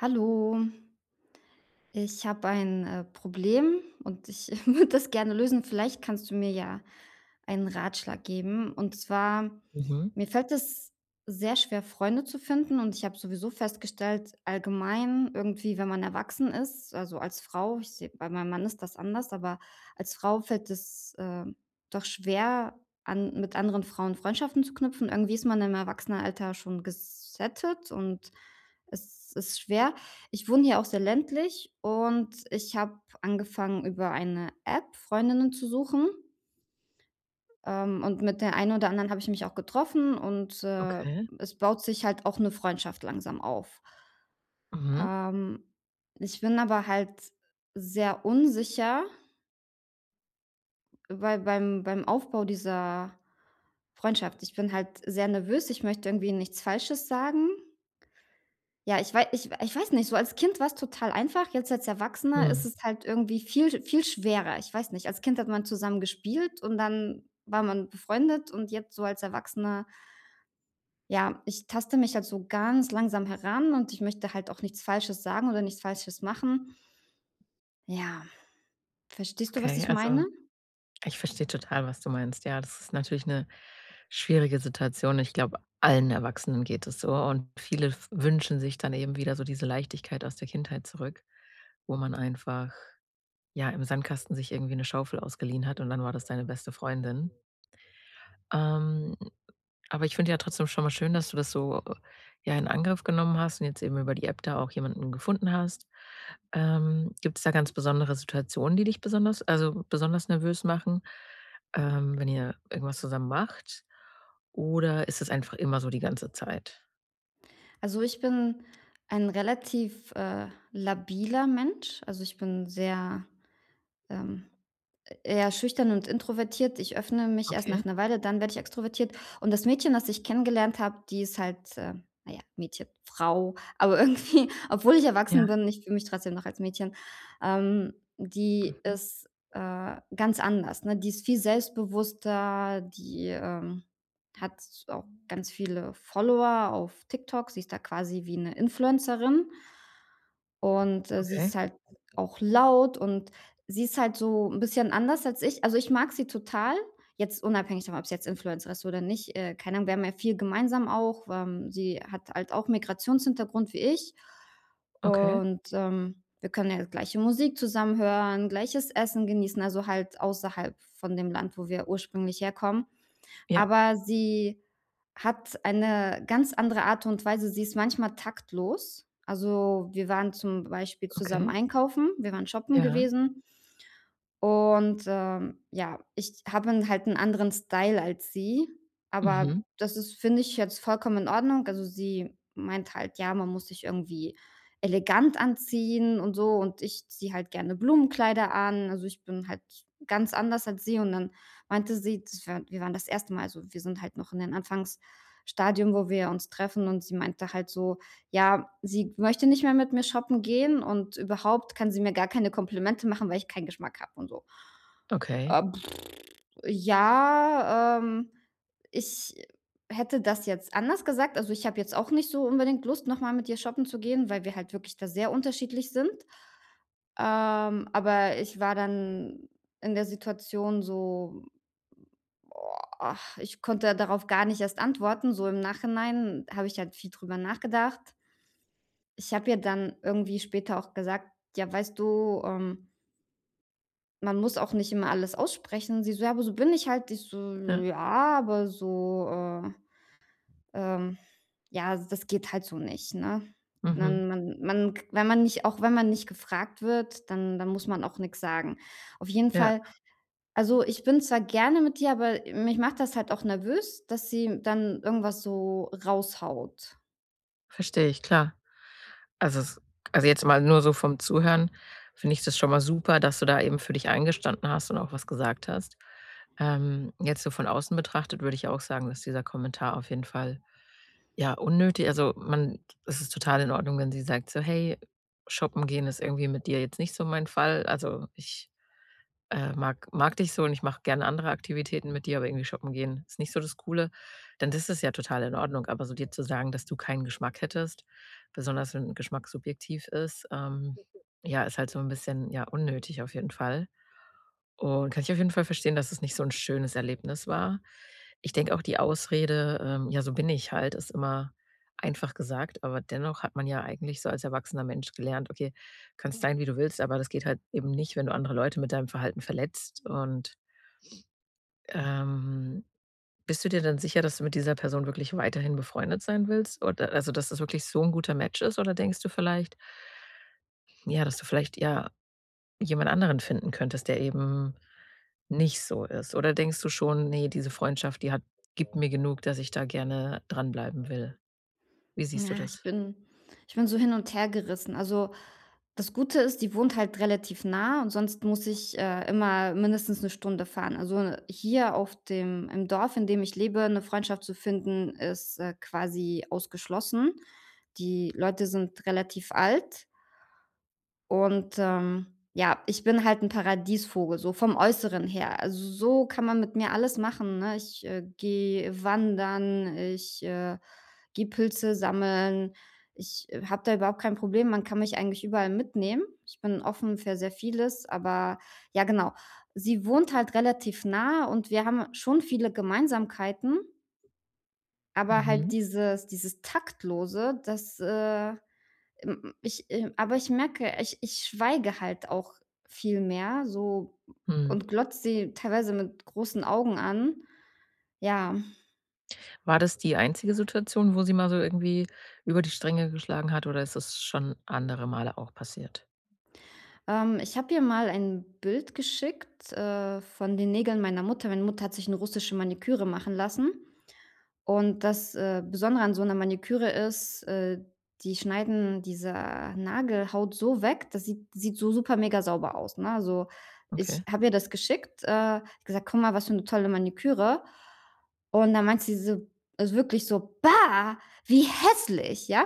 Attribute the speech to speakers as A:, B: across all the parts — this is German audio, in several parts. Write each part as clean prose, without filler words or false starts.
A: Hallo, ich habe ein Problem und ich würde das gerne lösen. Vielleicht kannst du mir ja einen Ratschlag geben. Und zwar,
B: Mhm.
A: mir fällt es sehr schwer, Freunde zu finden. Und ich habe sowieso festgestellt, allgemein irgendwie, wenn man erwachsen ist, also als Frau, ich sehe, bei meinem Mann ist das anders, aber als Frau fällt es doch schwer, mit anderen Frauen Freundschaften zu knüpfen. Irgendwie ist man im Erwachsenenalter schon gesettet und es ist schwer. Ich wohne hier auch sehr ländlich und ich habe angefangen, über eine App Freundinnen zu suchen. Und mit der einen oder anderen habe ich mich auch getroffen und
B: Okay.
A: es baut sich halt auch eine Freundschaft langsam auf.
B: Mhm.
A: Ähm, Ich bin aber halt sehr unsicher beim Aufbau dieser Freundschaft. Ich bin halt sehr nervös. Ich möchte irgendwie nichts Falsches sagen. Ja, ich weiß nicht, so als Kind war's total einfach, jetzt als Erwachsener ist
B: Mhm.
A: es halt irgendwie viel viel schwerer. Ich weiß nicht, als Kind hat man zusammen gespielt und dann war man befreundet und jetzt so als Erwachsener, ja, ich taste mich halt so ganz langsam heran und ich möchte halt auch nichts Falsches sagen oder nichts Falsches machen. Ja, verstehst du, was
B: Okay,
A: ich
B: also
A: meine?
B: ich verstehe total, was du meinst. Ja, das ist natürlich eine schwierige Situation. Ich glaube, allen Erwachsenen geht es so und viele f wünschen sich dann eben wieder so diese Leichtigkeit aus der Kindheit zurück, wo man einfach, ja, im Sandkasten sich irgendwie eine Schaufel ausgeliehen hat und dann war das deine beste Freundin. Ähm Aber ich finde ja trotzdem schon mal schön, dass du das so, ja, in Angriff genommen hast und jetzt eben über die App da auch jemanden gefunden hast. Gibt es da ganz besondere Situationen, die dich besonders, also besonders nervös machen, wenn ihr irgendwas zusammen macht? Oder ist es einfach immer so die ganze Zeit?
A: Also, ich bin ein relativ, labiler Mensch. Also, ich bin sehr, ähm eher schüchtern und introvertiert. Ich öffne mich erst
B: Okay,
A: nach 'ner Weile, dann werde ich extrovertiert. Und das Mädchen, das ich kennengelernt habe, die ist halt, na ja, Mädchen, Frau, aber irgendwie, obwohl ich
B: ja,
A: erwachsen bin, ich fühle mich trotzdem noch als Mädchen. Die
B: mhm,
A: ist, ganz anders, ne? Die ist viel selbstbewusster, die, hat auch ganz viele Follower auf TikTok. Sie ist da quasi wie 'ne Influencerin. Und, sie
B: okay,
A: ist halt auch laut und sie ist halt so ein bisschen anders als ich. Also, ich mag sie total, jetzt unabhängig davon, ob's jetzt Influencer ist oder nicht. Keine Ahnung, wir haben ja viel gemeinsam auch. Sie hat halt auch Migrationshintergrund wie ich
B: okay,
A: und, wir können ja gleiche Musik zusammen hören, gleiches Essen genießen, also halt außerhalb von dem Land, wo wir ursprünglich herkommen.
B: ja,
A: Aber sie hat eine ganz andere Art und Weise, sie ist manchmal taktlos. Also, wir waren zum Beispiel zusammen
B: okay,
A: einkaufen, wir waren shoppen
B: ja,
A: gewesen und, ja, ich habe 'n halt einen anderen Style als sie, aber
B: mhm,
A: das ist, finde ich, jetzt vollkommen in Ordnung. Also, sie meint halt, ja, man muss sich irgendwie elegant anziehen und so, und ich ziehe halt gerne Blumenkleider an. Also, ich bin halt ganz anders als sie, und dann meinte sie, das war wir waren das erste Mal, also, wir sind halt noch in den Anfangsstadium, wo wir uns treffen, und sie meinte halt so: ja, sie möchte nicht mehr mit mir shoppen gehen und überhaupt kann sie mir gar keine Komplimente machen, weil ich keinen Geschmack habe und so.
B: okay,
A: Äh, pf, ja, ich hätte das jetzt anders gesagt. Also, ich habe jetzt auch nicht so unbedingt Lust, nochmal mit ihr shoppen zu gehen, weil wir halt wirklich da sehr unterschiedlich sind. Aber ich war dann in der Situation so, boah, ach, ich konnte darauf gar nicht erst antworten. So im Nachhinein habe ich halt viel drüber nachgedacht. Ich habe ja dann irgendwie später auch gesagt: „Ja, weißt du, man muss auch nicht immer alles aussprechen.“ Sie so: „Ja, aber so bin ich halt.“ Ich so:
B: ja,
A: „Ja, aber so, ähm ja, das geht halt so nicht, ne?“
B: mhm,
A: Man man man wenn man nicht Auch wenn man nicht gefragt wird, dann muss man auch nix sagen. Auf jeden
B: ja,
A: Fall, also, ich bin zwar gerne mit ihr, aber mich macht das halt auch nervös, dass sie dann irgendwas so raushaut.
B: verstehe ich, klar. Also es also jetzt mal nur so vom Zuhören finde ich das schon mal super, dass du da eben für dich eingestanden hast und auch was gesagt hast. Jetzt so von außen betrachtet würde ich auch sagen, dass dieser Kommentar auf jeden Fall, ja, unnötig, also man, es ist total in Ordnung, wenn sie sagt so: „Hey, shoppen gehen ist irgendwie mit dir jetzt nicht so mein Fall. Also, ich mag dich so und ich mache gerne andere Aktivitäten mit dir, aber irgendwie shoppen gehen ist nicht so das Coole," dann ist es ja total in Ordnung. Aber so dir zu sagen, dass du keinen Geschmack hättest, besonders wenn Geschmack subjektiv ist, ja, ist halt so ein bisschen, ja, unnötig auf jeden Fall. Und kann ich auf jeden Fall verstehen, dass es nicht so 'n schönes Erlebnis war. Ich denke auch die Ausrede: „Ja, so bin ich halt", ist immer einfach gesagt, aber dennoch hat man ja eigentlich so als erwachsener Mensch gelernt: „Okay, kannst sein, wie du willst, aber das geht halt eben nicht, wenn du andere Leute mit deinem Verhalten verletzt." Und, ähm, bist du dir denn sicher, dass du mit dieser Person wirklich weiterhin befreundet sein willst? Oder also, dass das wirklich so 'n guter Match ist? Oder denkst du vielleicht, ja, dass du vielleicht, ja, jemand anderen finden könntest, der eben nicht so ist? Oder denkst du schon: Nee, diese Freundschaft, die hat gibt mir genug, dass ich da gerne dranbleiben will?" Wie siehst du
A: Ja, ich
B: das?
A: bin ich bin so hin und her gerissen. Also, das Gute ist, die wohnt halt relativ nah und sonst muss ich, immer mindestens eine Stunde fahren. Also, hier auf dem im Dorf, in dem ich lebe, eine Freundschaft zu finden, ist, quasi ausgeschlossen. Die Leute sind relativ alt und, ja, ich bin halt ein Paradiesvogel, so vom Äußeren her. Also, so kann man mit mir alles machen, ne? Ich, gehe wandern, ich, gehe Pilze sammeln. Ich, habe da überhaupt kein Problem. Man kann mich eigentlich überall mitnehmen. Ich bin offen für sehr vieles, aber ja, genau. Sie wohnt halt relativ nah und wir haben schon viele Gemeinsamkeiten, aber halt
B: Mhm,
A: dieses Taktlose, das, ich aber ich merke, ich schweige halt auch viel mehr so
B: mhm.
A: und glotze sie teilweise mit großen Augen an. Ja,
B: War das die einzige Situation, wo sie mal so irgendwie über die Stränge geschlagen hat oder ist das schon andere Male auch passiert?
A: ich habe ihr mal ein Bild geschickt, von den Nägeln meiner Mutter. Meine Mutter hat sich eine russische Maniküre machen lassen. Und das Besondere an so einer Maniküre ist: die schneiden diese Nagelhaut so weg, das sieht so super mega sauber aus, ne? Also, ich
B: Okay.
A: habe ihr das geschickt, gesagt: „Guck mal, was für eine tolle Maniküre.“ Und dann meint sie so, also wirklich so: „Bah, wie hässlich“, ja?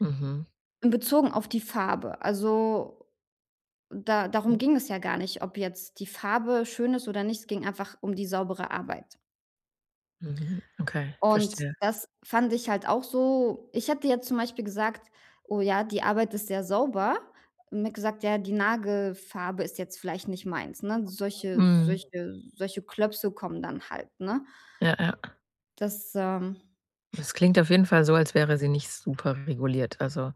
B: Mhm.
A: In bezogen auf die Farbe. Also, da
B: Mhm.
A: darum ging es ja gar nicht, ob jetzt die Farbe schön ist oder nicht. Es ging einfach um die saubere Arbeit.
B: Mhm. Okay,
A: Und
B: verstehe.
A: das fand ich halt auch so, ich hätte jetzt zum Beispiel gesagt: „Oh ja, die Arbeit ist sehr sauber.“ Und mir gesagt: „Ja, die Nagelfarbe ist jetzt vielleicht nicht meins“, ne? Solche
B: Mhm.
A: solche solche Klöpse kommen dann halt, ne?
B: Ja, ja.
A: Das, ähm
B: Das klingt auf jeden Fall so, als wäre sie nicht super reguliert. Also,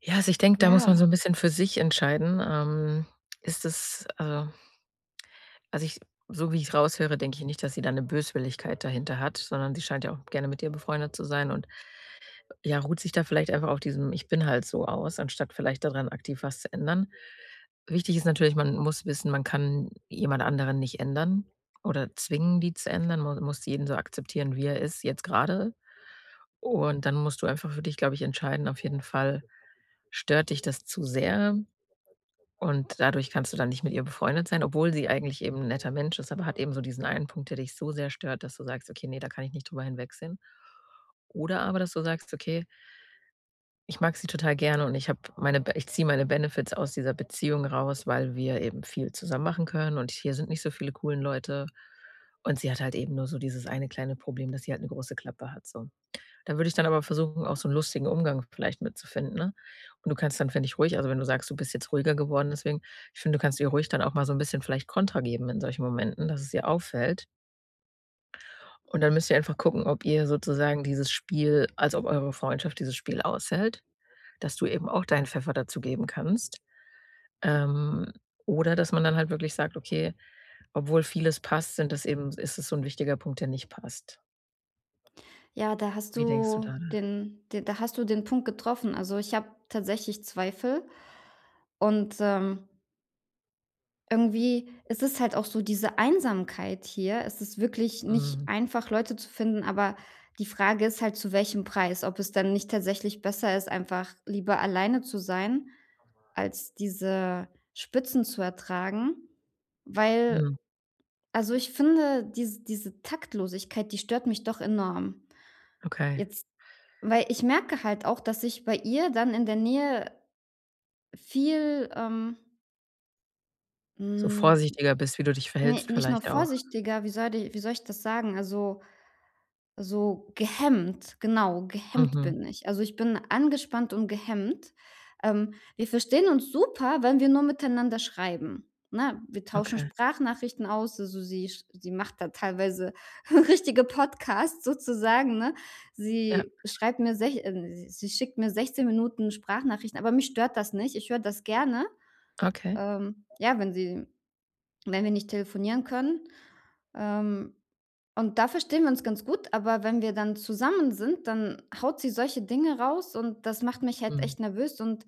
B: ja, also ich denke, da muss
A: ja,
B: man so ein bisschen für sich entscheiden. Ist es also, ich so wie ich raushöre, denke ich nicht, dass sie da eine Böswilligkeit dahinter hat, sondern sie scheint ja auch gerne mit dir befreundet zu sein und, ja, ruht sich da vielleicht einfach auf diesem „Ich bin halt so" aus, anstatt vielleicht daran aktiv was zu ändern. Wichtig ist natürlich, man muss wissen, man kann jemand anderen nicht ändern oder zwingen, die zu ändern. Man muss jeden so akzeptieren, wie er ist, jetzt gerade. Und dann musst du einfach für dich, glaube ich, entscheiden auf jeden Fall, stört dich das zu sehr? Und dadurch kannst du dann nicht mit ihr befreundet sein, obwohl sie eigentlich eben 'n netter Mensch ist, aber hat eben so diesen einen Punkt, der dich so sehr stört, dass du sagst: „Okay, ne, da kann ich nicht drüber hinwegsehen." Oder aber, dass du sagst: „Okay, ich mag sie total gerne und ich habe meine Be ich ziehe meine Benefits aus dieser Beziehung raus, weil wir eben viel zusammen machen können und hier sind nicht so viele coolen Leute." Und sie hat halt eben nur so dieses eine kleine Problem, dass sie halt 'ne große Klappe hat, so. Da würde ich dann aber versuchen, auch so 'n lustigen Umgang vielleicht mitzufinden, ne? Und du kannst dann, finde ich, ruhig, also, wenn du sagst, du bist jetzt ruhiger geworden, deswegen, ich finde, du kannst ihr ruhig dann auch mal so 'n bisschen vielleicht Kontra geben in solchen Momenten, dass es ihr auffällt. Und dann müsst ihr einfach gucken, ob ihr sozusagen dieses Spiel, also, ob eure Freundschaft dieses Spiel aushält, dass du eben auch deinen Pfeffer dazu geben kannst. Ähm, oder dass man dann halt wirklich sagt: „Okay, obwohl vieles passt, sind das eben, ist es so 'n wichtiger Punkt, der nicht passt."
A: ja,
B: Wie denkst du da?
A: da hast du den Punkt getroffen. Also, ich habe tatsächlich Zweifel und, irgendwie ist es halt auch so, diese Einsamkeit hier. Es ist wirklich
B: Mhm.
A: nicht einfach, Leute zu finden, aber die Frage ist halt, zu welchem Preis? Ob es dann nicht tatsächlich besser ist, einfach lieber alleine zu sein, als diese Spitzen zu ertragen, weil,
B: Mhm.
A: also, ich finde, diese Taktlosigkeit, die stört mich doch enorm.
B: Okay.
A: Jetzt, weil ich merke halt auch, dass ich bei ihr dann in der Nähe viel,
B: So
A: hm
B: vorsichtiger bist, wie du dich
A: Ne,
B: verhältst
A: nicht nur
B: vielleicht auch.
A: vorsichtiger, wie soll ich das sagen? Also, so gehemmt, genau, gehemmt
B: Mhm.
A: bin ich. Also, ich bin angespannt und gehemmt. Wir verstehen uns super, wenn wir nur miteinander schreiben, ne? Wir tauschen
B: Okay.
A: Sprachnachrichten aus, also sie macht da teilweise richtige Podcasts sozusagen, ne?
B: Ja,
A: Sie schickt mir 16 Minuten Sprachnachrichten, aber mich stört das nicht. Ich höre das gerne,
B: okay.
A: ja, wenn wir nicht telefonieren können. Ähm, und da verstehen wir uns ganz gut, aber wenn wir dann zusammen sind, dann haut sie solche Dinge raus und das macht mich halt
B: Mhm.
A: echt nervös, und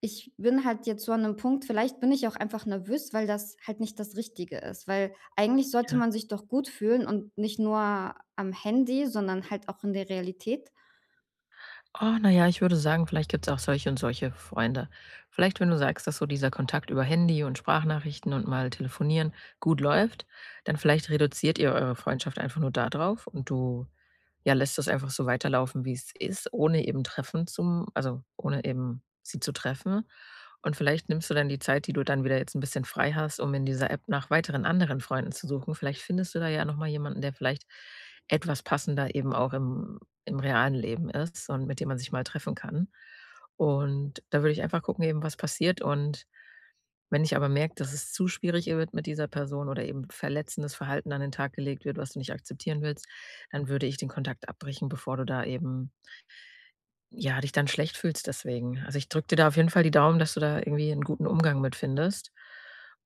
A: ich bin halt jetzt so an 'nem Punkt, vielleicht bin ich auch einfach nervös, weil das halt nicht das Richtige ist, weil eigentlich sollte
B: Ja.
A: man sich doch gut fühlen und nicht nur am Handy, sondern halt auch in der Realität.
B: Ah, na ja, ich würde sagen, vielleicht gibt es auch solche und solche Freunde. Vielleicht, wenn du sagst, dass so dieser Kontakt über Handy und Sprachnachrichten und mal telefonieren gut läuft, dann vielleicht reduziert ihr eure Freundschaft einfach nur darauf und du, ja, lässt das einfach so weiterlaufen, wie es ist, ohne eben Treffen zum, also, ohne eben sie zu treffen. Und vielleicht nimmst du dann die Zeit, die du dann wieder jetzt ein bisschen frei hast, um in dieser App nach weiteren anderen Freunden zu suchen. Vielleicht findest du da ja noch mal jemanden, der vielleicht etwas passender eben auch im im realen Leben ist und mit dem man sich mal treffen kann. Und da würde ich einfach gucken eben, was passiert. Und wenn ich aber merke, dass es zu schwierig wird mit dieser Person oder eben verletzendes Verhalten an den Tag gelegt wird, was du nicht akzeptieren willst, dann würde ich den Kontakt abbrechen, bevor du da eben, ja, dich dann schlecht fühlst deswegen. Also, ich drücke dir da auf jeden Fall die Daumen, dass du da irgendwie einen guten Umgang mit findest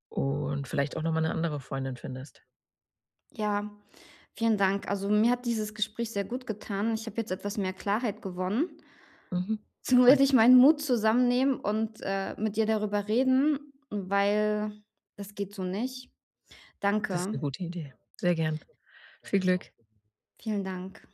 B: und vielleicht auch noch mal 'ne andere Freundin findest.
A: Ja, vielen Dank. Also, mir hat dieses Gespräch sehr gut getan. Ich habe jetzt etwas mehr Klarheit gewonnen.
B: Mhm,
A: So werde
B: freut
A: ich
B: mich.
A: meinen Mut zusammennehmen und, mit dir darüber reden, weil das geht so nicht.
B: Das ist eine
A: Danke.
B: gute Idee. Sehr gern. Viel Glück.
A: Vielen Dank.